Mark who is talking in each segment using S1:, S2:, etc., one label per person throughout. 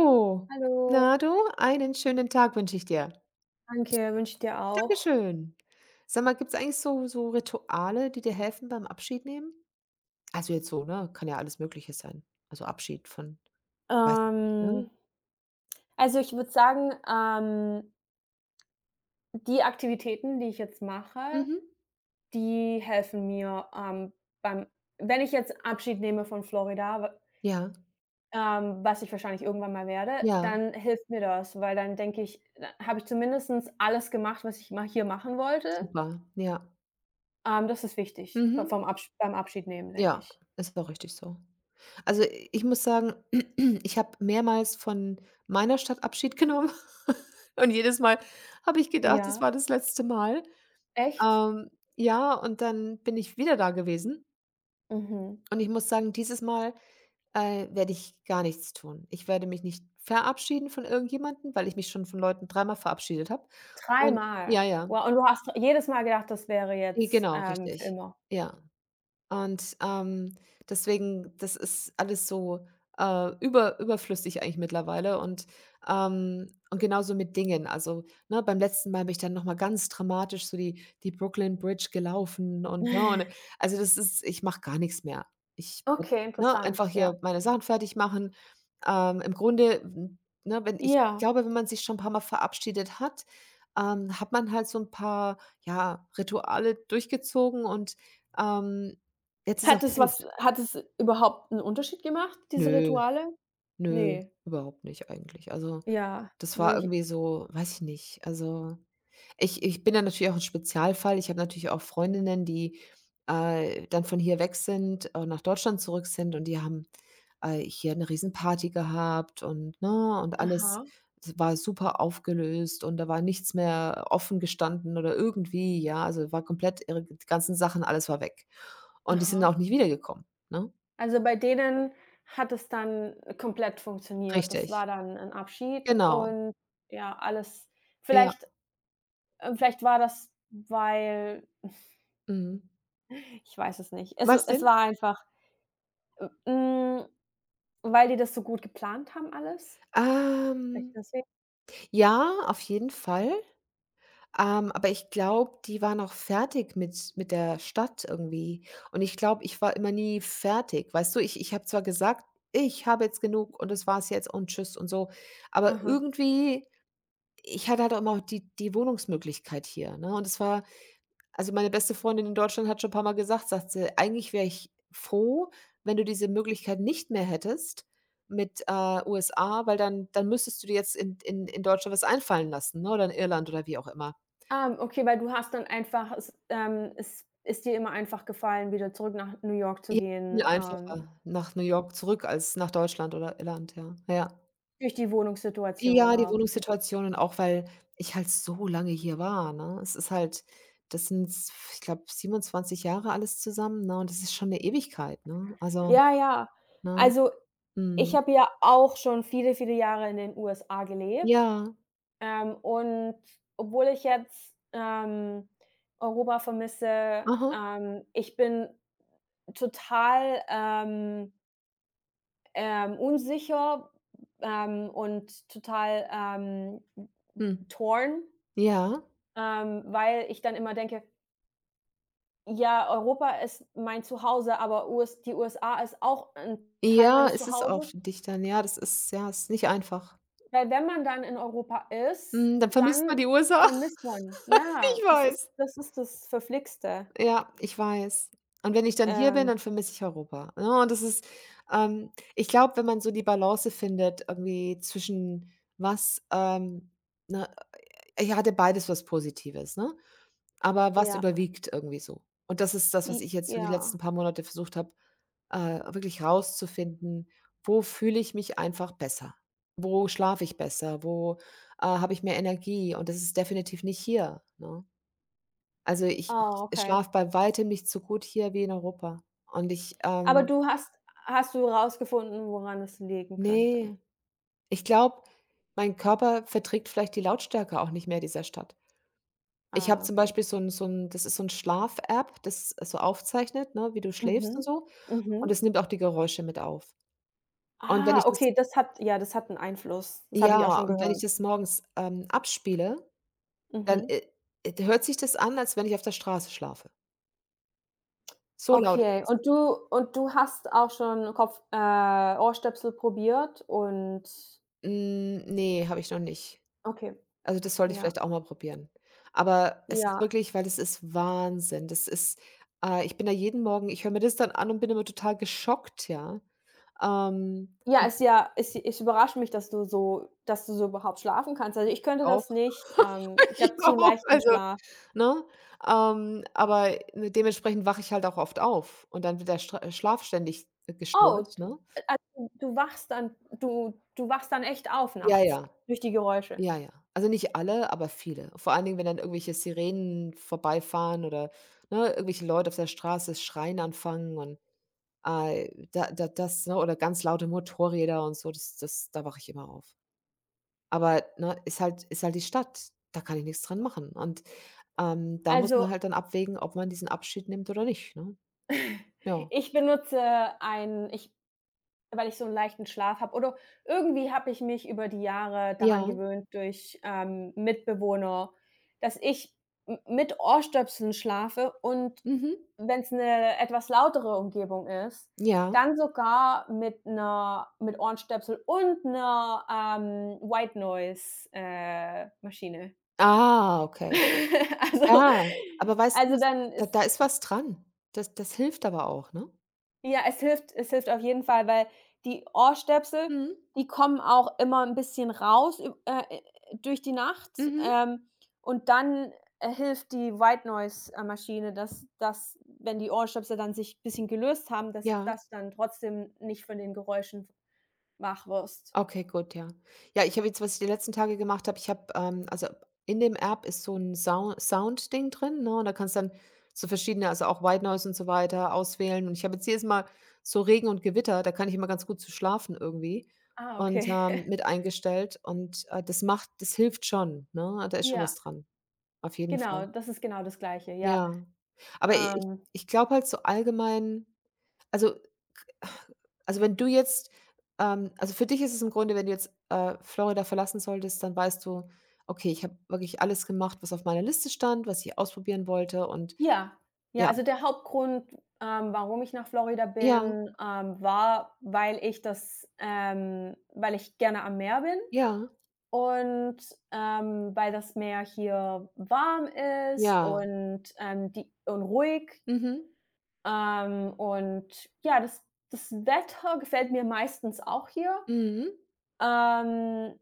S1: Oh,
S2: Hallo,
S1: na du, einen schönen Tag wünsche ich dir.
S2: danke, wünsche ich dir auch.
S1: Dankeschön. Sag mal, gibt es eigentlich so Rituale, die dir helfen beim Abschied nehmen? Also jetzt so, ne, kann ja alles Mögliche sein. Also Abschied von weiß ich nicht,
S2: Ähm,
S1: ne?
S2: also ich würde sagen, die Aktivitäten, die ich jetzt mache,
S1: Mhm.
S2: die helfen mir, beim wenn ich jetzt Abschied nehme von Florida, w
S1: Ja,
S2: was ich wahrscheinlich irgendwann mal werde,
S1: ja,
S2: dann hilft mir das, weil dann denke ich, habe ich zumindestens alles gemacht, was ich ma hier machen wollte.
S1: super, ja.
S2: Das ist wichtig, be
S1: Mhm.
S2: vom Absch beim Abschied nehmen, denke
S1: Ja,
S2: ich.
S1: ist auch richtig so. Also, ich muss sagen, ich habe mehrmals von meiner Stadt Abschied genommen und jedes Mal habe ich gedacht, es
S2: Ja.
S1: war das letzte Mal.
S2: Echt?
S1: Ja, und dann bin ich wieder da gewesen
S2: Mhm.
S1: und ich muss sagen, dieses Mal, werde ich gar nichts tun. Ich werde mich nicht verabschieden von irgendjemandem, weil ich mich schon von Leuten dreimal verabschiedet habe
S2: 3
S1: und ja,
S2: Mal.
S1: ja.
S2: Wow, und du hast jedes Mal gedacht, das wäre jetzt,
S1: Genau,
S2: für
S1: richtig.
S2: immer?
S1: Ja. Und, deswegen, das ist alles so, überflüssig eigentlich mittlerweile und genauso mit Dingen. Also, ne, beim letzten Mal bin ich dann noch mal ganz dramatisch so die Brooklyn Bridge gelaufen und, ne und also, das ist ich mache gar nichts mehr. Ich werde,
S2: Okay,
S1: ne, einfach
S2: interessant, ja.
S1: hier meine Sachen fertig machen. Im Grunde, ne, wenn ich
S2: Ja.
S1: glaube, wenn man sich schon ein paar mal verabschiedet hat, hat man halt so ein paar, ja, Rituale durchgezogen und, ähm jetzt ist auch
S2: Hat es
S1: gut.
S2: was hat es überhaupt 'n Unterschied gemacht, diese
S1: Nö,
S2: Rituale?
S1: nö,
S2: Ne.
S1: überhaupt nicht eigentlich. Also,
S2: Ja,
S1: das war
S2: würde ich
S1: irgendwie so weiß ich nicht. Also, ich bin da natürlich auch ein Spezialfall. Ich habe natürlich auch Freundinnen, die, dann von hier weg sind, nach Deutschland zurück sind und die haben, hier eine Riesenparty gehabt und ne, und alles
S2: aha,
S1: s war super aufgelöst und da war nichts mehr offen gestanden oder irgendwie, ja, also, war komplett ihre ganzen Sachen alles war weg. Und die sind
S2: aha.
S1: auch nicht wiedergekommen, ne?
S2: Also, bei denen hat es dann komplett funktioniert. Das
S1: Richtig,
S2: war dann 'n Abschied
S1: genau.
S2: und ja, alles
S1: Ja,
S2: vielleicht vielleicht war das, weil
S1: mhm.
S2: ich weiß es nicht. Es
S1: Was
S2: es
S1: denn?
S2: war einfach. hm Weil die das so gut geplant haben alles? Echt
S1: Ähm,
S2: deswegen?
S1: ja, auf jeden Fall. Aber ich glaube, die waren auch fertig mit der Stadt irgendwie. Und ich glaube, ich war immer nie fertig. Weißt du, ich habe zwar gesagt: „Ich habe jetzt genug und das war's jetzt und tschüss" und so, aber
S2: Aha.
S1: irgendwie ich hatte halt auch immer die Wohnungsmöglichkeit hier, ne? Und es war. Also, meine beste Freundin in Deutschland hat schon ein paar Mal gesagt, sagt sie: „Eigentlich wäre ich froh, wenn du diese Möglichkeit nicht mehr hättest mit, USA, weil dann müsstest du dir jetzt in Deutschland was einfallen lassen, ne, oder in Irland oder wie auch immer."
S2: Ah, okay, weil du hast dann einfach, es ist dir immer einfach gefallen, wieder zurück nach New York zu
S1: Viel
S2: gehen,
S1: einfacher nach New York zurück als nach Deutschland oder Irland, ja. Ja.
S2: durch die Wohnungssituation
S1: Ja, die
S2: auch.
S1: Wohnungssituationen auch, weil ich halt so lange hier war, ne? Es ist halt das sind ich glaube, 27 Jahre alles zusammen, ne, und das ist schon eine Ewigkeit, ne? Also,
S2: Ja, ja.
S1: ne?
S2: Also, ich
S1: Mhm.
S2: habe ja auch schon viele, viele Jahre in den USA gelebt,
S1: Ja.
S2: und obwohl ich jetzt, Europa vermisse,
S1: Aha,
S2: ich bin total, unsicher, und total,
S1: mhm.
S2: torn,
S1: Ja.
S2: weil ich dann immer denke: „Ja, Europa ist mein Zuhause, aber US die USA ist auch ein Teil
S1: Ja,
S2: meines
S1: es ist auch
S2: Zuhauses.“
S1: für dich dann. Ja, das ist ja, ist nicht einfach.
S2: Weil wenn man dann in Europa ist,
S1: Mhm, dann vermisst man
S2: dann
S1: die USA.
S2: vermisst man, ja,
S1: Ich weiß.
S2: das ist das Verflixte.
S1: Ja, ich weiß. Und wenn ich dann hier bin, dann
S2: Ähm,
S1: vermisse ich Europa, ne? Und das ist ich glaube, wenn man so die Balance findet irgendwie zwischen was, ne ich hatte beides was Positives, ne? Aber was
S2: ja,
S1: überwiegt irgendwie so? Und das ist das,
S2: i
S1: was ich jetzt so die
S2: ja.
S1: letzten paar Monate versucht habe, äh, wirklich rauszufinden, wo fühle ich mich einfach besser? Wo schlafe ich besser? Wo, habe ich mehr Energie? Und das ist definitiv nicht hier, ne? Also, ich
S2: Ah,
S1: ich
S2: okay.
S1: schlafe bei Weitem nicht so gut hier wie in Europa. Und ich,
S2: Aber du hast hast du rausgefunden, woran es liegen könnte?
S1: ne, ich glaube, mein Körper verträgt vielleicht die Lautstärke auch nicht mehr dieser Stadt. Ich habe
S2: Ah,
S1: zum
S2: okay.
S1: Beispiel so 'n das ist so 'n Schlaf-App, das so aufzeichnet, ne, wie du
S2: Mhm,
S1: schläfst und so.
S2: mhm.
S1: Und es nimmt auch die Geräusche mit auf. Und wenn
S2: Ah,
S1: ich das
S2: okay, das hat, ja, das hat 'n Einfluss. Das habe ich auch
S1: ja,
S2: schon
S1: und wenn ich
S2: gehört.
S1: das morgens, abspiele, dann,
S2: Mhm.
S1: hört sich das an, als wenn ich auf der Straße schlafe. So laut ist
S2: Okay,
S1: es.
S2: und du hast auch schon Kopf Ohrstöpsel probiert und
S1: Ne, habe ich noch nicht.
S2: okay,
S1: Also, das sollte ich
S2: ja,
S1: vielleicht auch mal probieren. Aber es ist
S2: ja.
S1: wirklich weil das ist Wahnsinn. Das ist ich bin da jeden Morgen ich höre mir das dann an und bin immer total geschockt, ja. Ähm,
S2: Ja, ist ja, es überrascht mich, dass du so überhaupt schlafen kannst. Also, ich könnte
S1: auch.
S2: das nicht. Ich
S1: Ich
S2: habe zu
S1: auch.
S2: leichten
S1: Also.
S2: Schlaf.
S1: Ne? Aber, ne, dementsprechend wache ich halt auch oft auf und dann wird der Stra Schlaf ständig
S2: Oh,
S1: gestört, ne?
S2: also, du wachst dann echt auf
S1: Ja,
S2: nachts
S1: ja,
S2: durch die Geräusche?
S1: ja, ja. Also, nicht alle, aber viele. Vor allen Dingen, wenn dann irgendwelche Sirenen vorbeifahren oder, ne, irgendwelche Leute auf der Straße schreien anfangen und, da das, ne, oder ganz laute Motorräder und so, das da wache ich immer auf. Aber, ne, ist halt die Stadt, da kann ich nichts dran machen und, da muss man
S2: Also,
S1: halt dann abwägen, ob man diesen Abschied nimmt oder nicht, ne? Ja.
S2: Ich benutze ich, weil ich so einen leichten Schlaf habe, oder irgendwie habe ich mich über die Jahre daran
S1: Ja.
S2: gewöhnt durch, Mitbewohner, dass ich m mit Ohrstöpseln schlafe, und
S1: Mhm.
S2: wenn es eine etwas lautere Umgebung ist,
S1: Ja.
S2: dann sogar mit Ohrenstöpsel und einer White Noise, Maschine.
S1: Ah, okay.
S2: Also
S1: Ja, aber weißt du
S2: also,
S1: was,
S2: dann
S1: da
S2: ist
S1: da ist was dran. Das hilft aber auch, ne?
S2: Ja, es hilft auf jeden Fall, weil die Ohrstöpsel,
S1: Mhm.
S2: die kommen auch immer ein bisschen raus, üb durch die Nacht,
S1: Mhm.
S2: und dann, hilft die White Noise, Maschine, dass, wenn die Ohrstöpsel dann sich ein bisschen gelöst haben, dass
S1: Ja,
S2: das dann trotzdem nicht von den Geräuschen wach wirst.
S1: okay, gut, ja. Ja, ich habe jetzt was ich die letzten Tage gemacht habe, ich habe, also in dem App ist so 'n Sau Sound-Ding drin, ne, und da kannst dann so verschiedene also auch White Noise und so weiter auswählen. Und ich habe jetzt jedes Mal so Regen und Gewitter, da kann ich immer ganz gut zu schlafen irgendwie
S2: Ah,
S1: und,
S2: okay.
S1: mit eingestellt und, das hilft schon, ne? Da ist schon was
S2: Ja,
S1: dran, auf jeden
S2: genau,
S1: Fall.
S2: das ist genau das Gleiche, ja.
S1: Ja, aber i ich
S2: Ähm
S1: ich glaube halt so allgemein also also, wenn du jetzt also, für dich ist es im Grunde, wenn du jetzt, Florida verlassen solltest, dann weißt du: „Okay, ich habe wirklich alles gemacht, was auf meiner Liste stand, was ich ausprobieren wollte" und
S2: Ja, ja,
S1: ja,
S2: also der Hauptgrund, warum ich nach Florida
S1: ja,
S2: bin, war, weil ich das weil ich gerne am Meer bin,
S1: ja,
S2: und, weil das Meer hier warm ist,
S1: ja.
S2: und, die und ruhig,
S1: Mhm,
S2: und ja, das Wetter gefällt mir meistens auch hier.
S1: mhm.
S2: Ähm,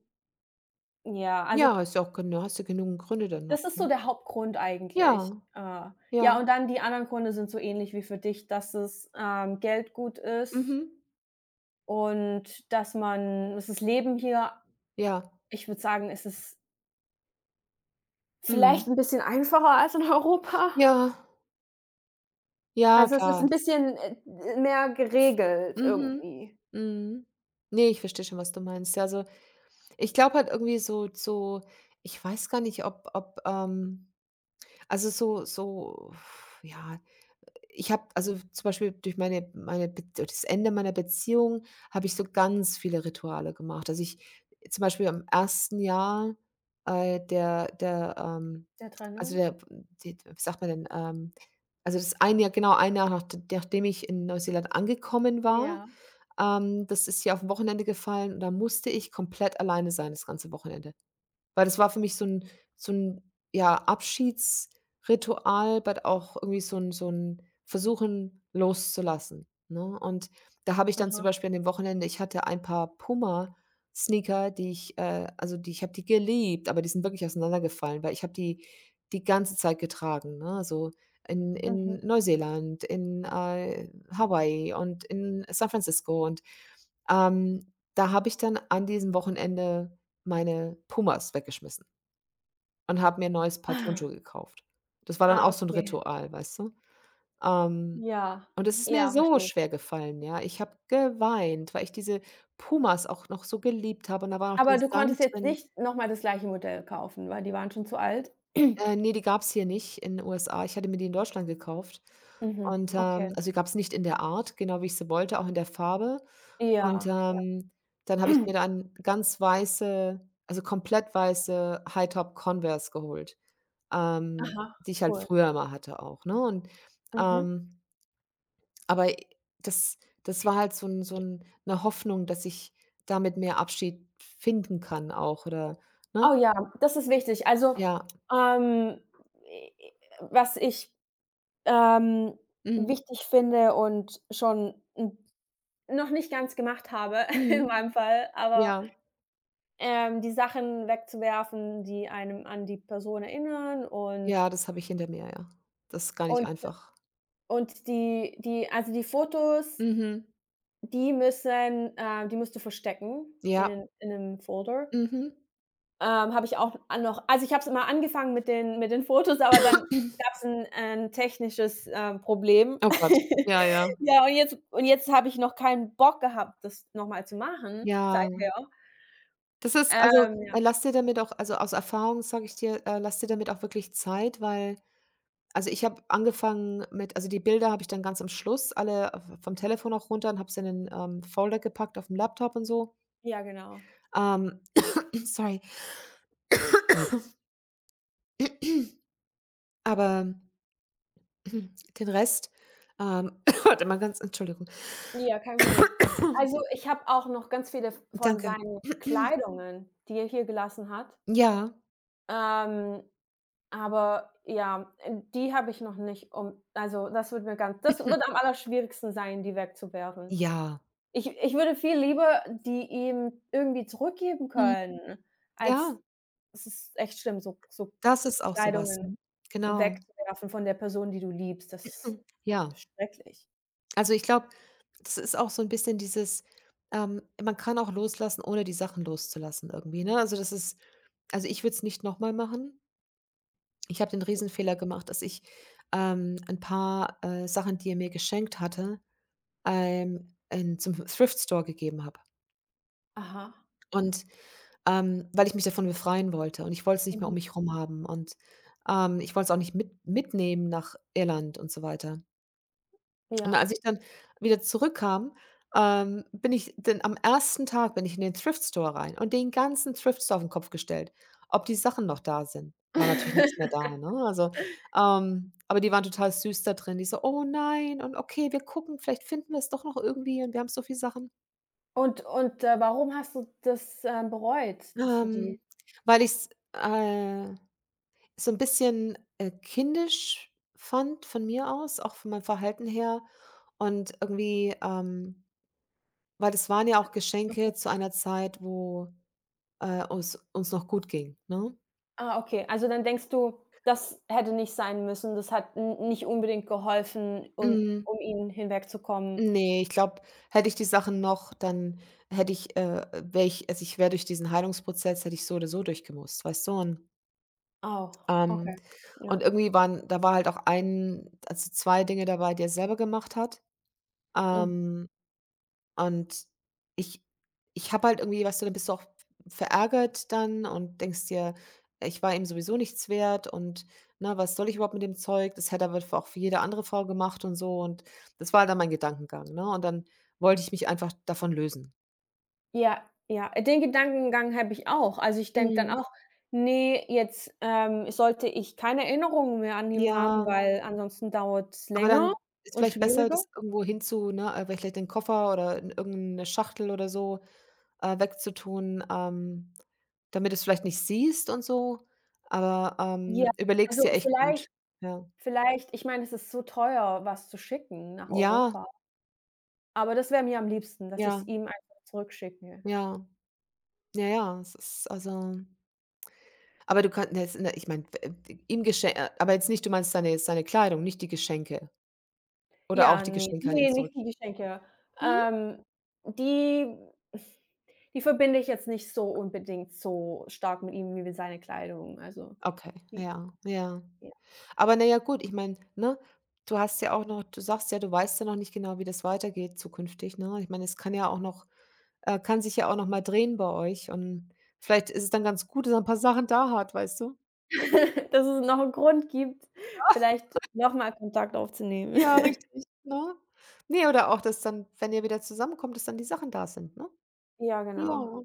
S2: ja, also,
S1: Ja, ist ja auch genau hast ja genügend Gründe dann noch,
S2: das ist so
S1: ne?
S2: der Hauptgrund
S1: Ja,
S2: eigentlich.
S1: ja,
S2: Ja, und dann die anderen Gründe sind so ähnlich wie für dich, dass es, Geld gut ist,
S1: mhm,
S2: und dass das Leben hier,
S1: ja,
S2: ich würde sagen, es ist vielleicht
S1: mhm.
S2: ein bisschen einfacher als in Europa.
S1: Ja, ja,
S2: Also, es ist
S1: klar,
S2: ein
S1: das ist.
S2: bisschen, mehr geregelt
S1: Mhm.
S2: irgendwie.
S1: Mhm. Ne, ich verstehe schon, was du meinst. Ja, also. Ich glaube halt irgendwie so ich weiß gar nicht, ob, also so ja, ich habe also zum Beispiel durch meine Be durch das Ende meiner Beziehung habe ich so ganz viele Rituale gemacht. Also, ich zum Beispiel im ersten Jahr, der,
S2: Der
S1: also
S2: Trennung?
S1: der die, wie sagt man denn, also das ein Jahr genau ein Jahr, nachdem ich in Neuseeland angekommen war,
S2: Ja.
S1: das ist hier aufm Wochenende gefallen und da musste ich komplett alleine sein das ganze Wochenende. Weil das war für mich so 'n, ja, Abschiedsritual, but auch irgendwie so 'n Versuchen loszulassen, ne? Und da habe ich dann zum
S2: Aha.
S1: Beispiel an dem Wochenende ich hatte ein paar Puma-Sneaker, die ich, also, die ich habe die geliebt, aber die sind wirklich auseinandergefallen, weil ich habe die die ganze Zeit getragen, ne? Also, in
S2: Mhm.
S1: in Neuseeland, in, Hawaii und in San Francisco und, ähm, da habe ich dann an diesem Wochenende meine Pumas weggeschmissen und habe mir 'n neues Paar
S2: Ah,
S1: Turnschuhe gekauft. Das war dann
S2: ah,
S1: auch so 'n
S2: okay.
S1: Ritual, weißt du? Ähm,
S2: Ja.
S1: und es ist mir
S2: Ja,
S1: so
S2: verstehe.
S1: schwer gefallen, ja. Ich habe geweint, weil ich diese Pumas auch noch so geliebt habe und da war noch
S2: Aber
S1: der
S2: du
S1: Sand
S2: konntest jetzt
S1: drin.
S2: nicht noch mal das gleiche Modell kaufen, weil die waren schon zu alt?
S1: Ne, die gab's hier nicht in den USA. Ich hatte mir die in Deutschland gekauft
S2: Mhm,
S1: und,
S2: okay.
S1: also, die gab's nicht in der Art, genau wie ich sie wollte, auch in der Farbe. Und,
S2: Ja,
S1: dann habe ich mir dann ganz weiße also, komplett weiße High Top Converse geholt.
S2: aha,
S1: Die ich halt
S2: cool.
S1: früher immer hatte auch, ne? Und,
S2: Mhm.
S1: ähm, aber das das war halt so 'n 'ne Hoffnung, dass ich damit mehr Abschied finden kann auch oder ne?
S2: Oh ja, das ist wichtig. Also,
S1: Ja.
S2: ähm, e e was ich, ähm,
S1: Mhm.
S2: wichtig finde und schon n noch nicht ganz gemacht habe in
S1: Mhm.
S2: meinem Fall,
S1: Ja.
S2: aber, die Sachen wegzuwerfen, die einem an die Person erinnern,
S1: Ja, das habe ich hinter mir, ja. Das ist gar nicht
S2: und
S1: einfach.
S2: und die die also, die Fotos,
S1: Mhm.
S2: die müssen, die musst du verstecken
S1: Ja.
S2: in einem Folder.
S1: Mhm.
S2: Habe ich auch a noch. Also, ich habe es immer angefangen mit den, Fotos, aber dann gab's 'n, 'n technisches, Problem.
S1: Oh Gott. Ja, ja.
S2: Ja, und jetzt, habe ich noch keinen Bock gehabt, das noch mal zu machen,
S1: Ja.
S2: seither.
S1: Das ist also,
S2: Ähm,
S1: lass dir damit auch also, aus Erfahrung sage ich dir, lass dir damit auch wirklich Zeit, weil. Also, ich habe angefangen mit also, die Bilder habe ich dann ganz am Schluss alle v vom Telefon auch runter und habe sie in 'nen, Folder gepackt auf dem Laptop und so.
S2: ja, genau.
S1: Ähm, Sorry. Aber den Rest, warte mal ganz Entschuldigung.
S2: Ja, kein Problem. Also, ich habe auch noch ganz viele v von
S1: Danke.
S2: seinen Kleidungen, die er hier gelassen hat.
S1: Ja.
S2: Ähm, aber ja, die habe ich noch nicht um also, das wird am allerschwierigsten sein, die wegzuwerfen.
S1: Ja.
S2: Ich würde viel lieber die ihm irgendwie zurückgeben
S1: Mhm.
S2: können, als
S1: Ja,
S2: es ist echt schlimm, so
S1: das ist auch sowas was,
S2: Kleidungen
S1: mhm. Genau.
S2: wegzuwerfen von der Person, die du liebst. Das
S1: Hm. Ja.
S2: ist schrecklich.
S1: Also, ich glaube, das ist auch so ein bisschen dieses, man kann auch loslassen, ohne die Sachen loszulassen irgendwie, ne? Also, das ist. Also, ich würde es nicht noch mal machen. Ich habe den Riesenfehler gemacht, dass ich, 'n paar, Sachen, die er mir geschenkt hatte, in zum Thrift Store gegeben habe.
S2: Aha.
S1: Und, weil ich mich davon befreien wollte und ich wollte es nicht mehr um
S2: Mhm.
S1: mich herum haben und, ich wollte es auch nicht mitnehmen nach Irland und so weiter. Und
S2: Ja.
S1: als ich dann wieder zurückkam, bin ich dann am ersten Tag bin ich in den Thrift Store rein und den ganzen Thrift Store auf den Kopf gestellt, ob die Sachen noch da sind. War natürlich nichts mehr da, ne? Also, aber die waren total süß da drin. Die so: „Oh nein und okay, wir gucken, vielleicht finden wir es doch noch irgendwie und wir haben so viele Sachen."
S2: Und, warum hast du das, bereut? Dass du die
S1: Ähm, Weil ich's, so ein bisschen, kindisch fand von mir aus, auch von meinem Verhalten her und irgendwie, weil das waren ja auch Geschenke
S2: Okay.
S1: zu einer Zeit, wo, uns noch gut ging, ne?
S2: Ah, okay. Also, dann denkst du, das hätte nicht sein müssen. Das hat, n nicht unbedingt geholfen, um
S1: Mhm.
S2: um ihn hinwegzukommen.
S1: Ne, ich glaube, hätte ich die Sachen noch, dann hätte ich, wäre ich also, ich wäre durch diesen Heilungsprozess hätte ich so oder so durchgemusst, weißt du?
S2: Oh,
S1: Ähm
S2: okay.
S1: und
S2: Ja.
S1: irgendwie waren da war halt auch ein also, 2 Dinge dabei, die er selber gemacht hat.
S2: Mhm.
S1: Ähm Und ich ich habe halt irgendwie weißt du, dann bist du auch verärgert dann und denkst dir: „Ich war ihm sowieso nichts wert und, na was soll ich überhaupt mit dem Zeug? Das hätte aber f auch für jede andere Frau gemacht" und so. Und das war halt dann mein Gedankengang, ne? Und dann wollte ich mich einfach davon lösen.
S2: Ja, ja, den Gedankengang habe ich auch. Also, ich denke dann
S1: Mhm.
S2: auch: „Nee, jetzt, sollte ich keine Erinnerungen mehr an ihn haben,
S1: Ja,
S2: weil ansonsten dauert es
S1: aber
S2: länger
S1: dann ist
S2: und
S1: vielleicht besser,
S2: schwieriger.“
S1: das irgendwo hinzu ne, vielleicht den Koffer oder in irgend 'ne Schachtel oder so wegzutun, damit du es vielleicht nicht siehst und so, aber,
S2: Ja,
S1: überleg's
S2: also,
S1: dir echt gut. Ja.
S2: vielleicht, ich meine, es ist so teuer, was zu schicken nach
S1: Ja,
S2: Europa, aber das wäre mir am liebsten, dass ich's
S1: ja,
S2: ihm einfach zurückschicke.
S1: ja, ja, ja, es ist also aber du kannst, ne, ne, ich meine, ihm Gesche aber jetzt nicht du meinst seine Kleidung, nicht die Geschenke oder auch
S2: Ja,
S1: die
S2: nee,
S1: Geschenke an ihn
S2: nee,
S1: zurück
S2: nicht die Geschenke.
S1: mhm?
S2: Ähm, die die verbinde ich jetzt nicht so unbedingt so stark mit ihm wie mit seiner Kleidung, also,
S1: Okay,
S2: die
S1: ja, ja.
S2: Ja.
S1: Aber na ja, gut, ich meine, ne, du hast ja auch noch du sagst ja, du weißt ja noch nicht genau, wie das weitergeht zukünftig, ne? Ich meine, es kann ja auch noch kann sich ja auch noch mal drehen bei euch und vielleicht ist es dann ganz gut, dass er 'n paar Sachen da hat, weißt du?
S2: Dass es noch 'n Grund gibt, vielleicht noch mal Kontakt aufzunehmen.
S1: Ja, richtig, ne? Nee oder auch, dass dann, wenn ihr wieder zusammenkommt, dass dann die Sachen da sind, ne?
S2: Ja, genau.
S1: Ja.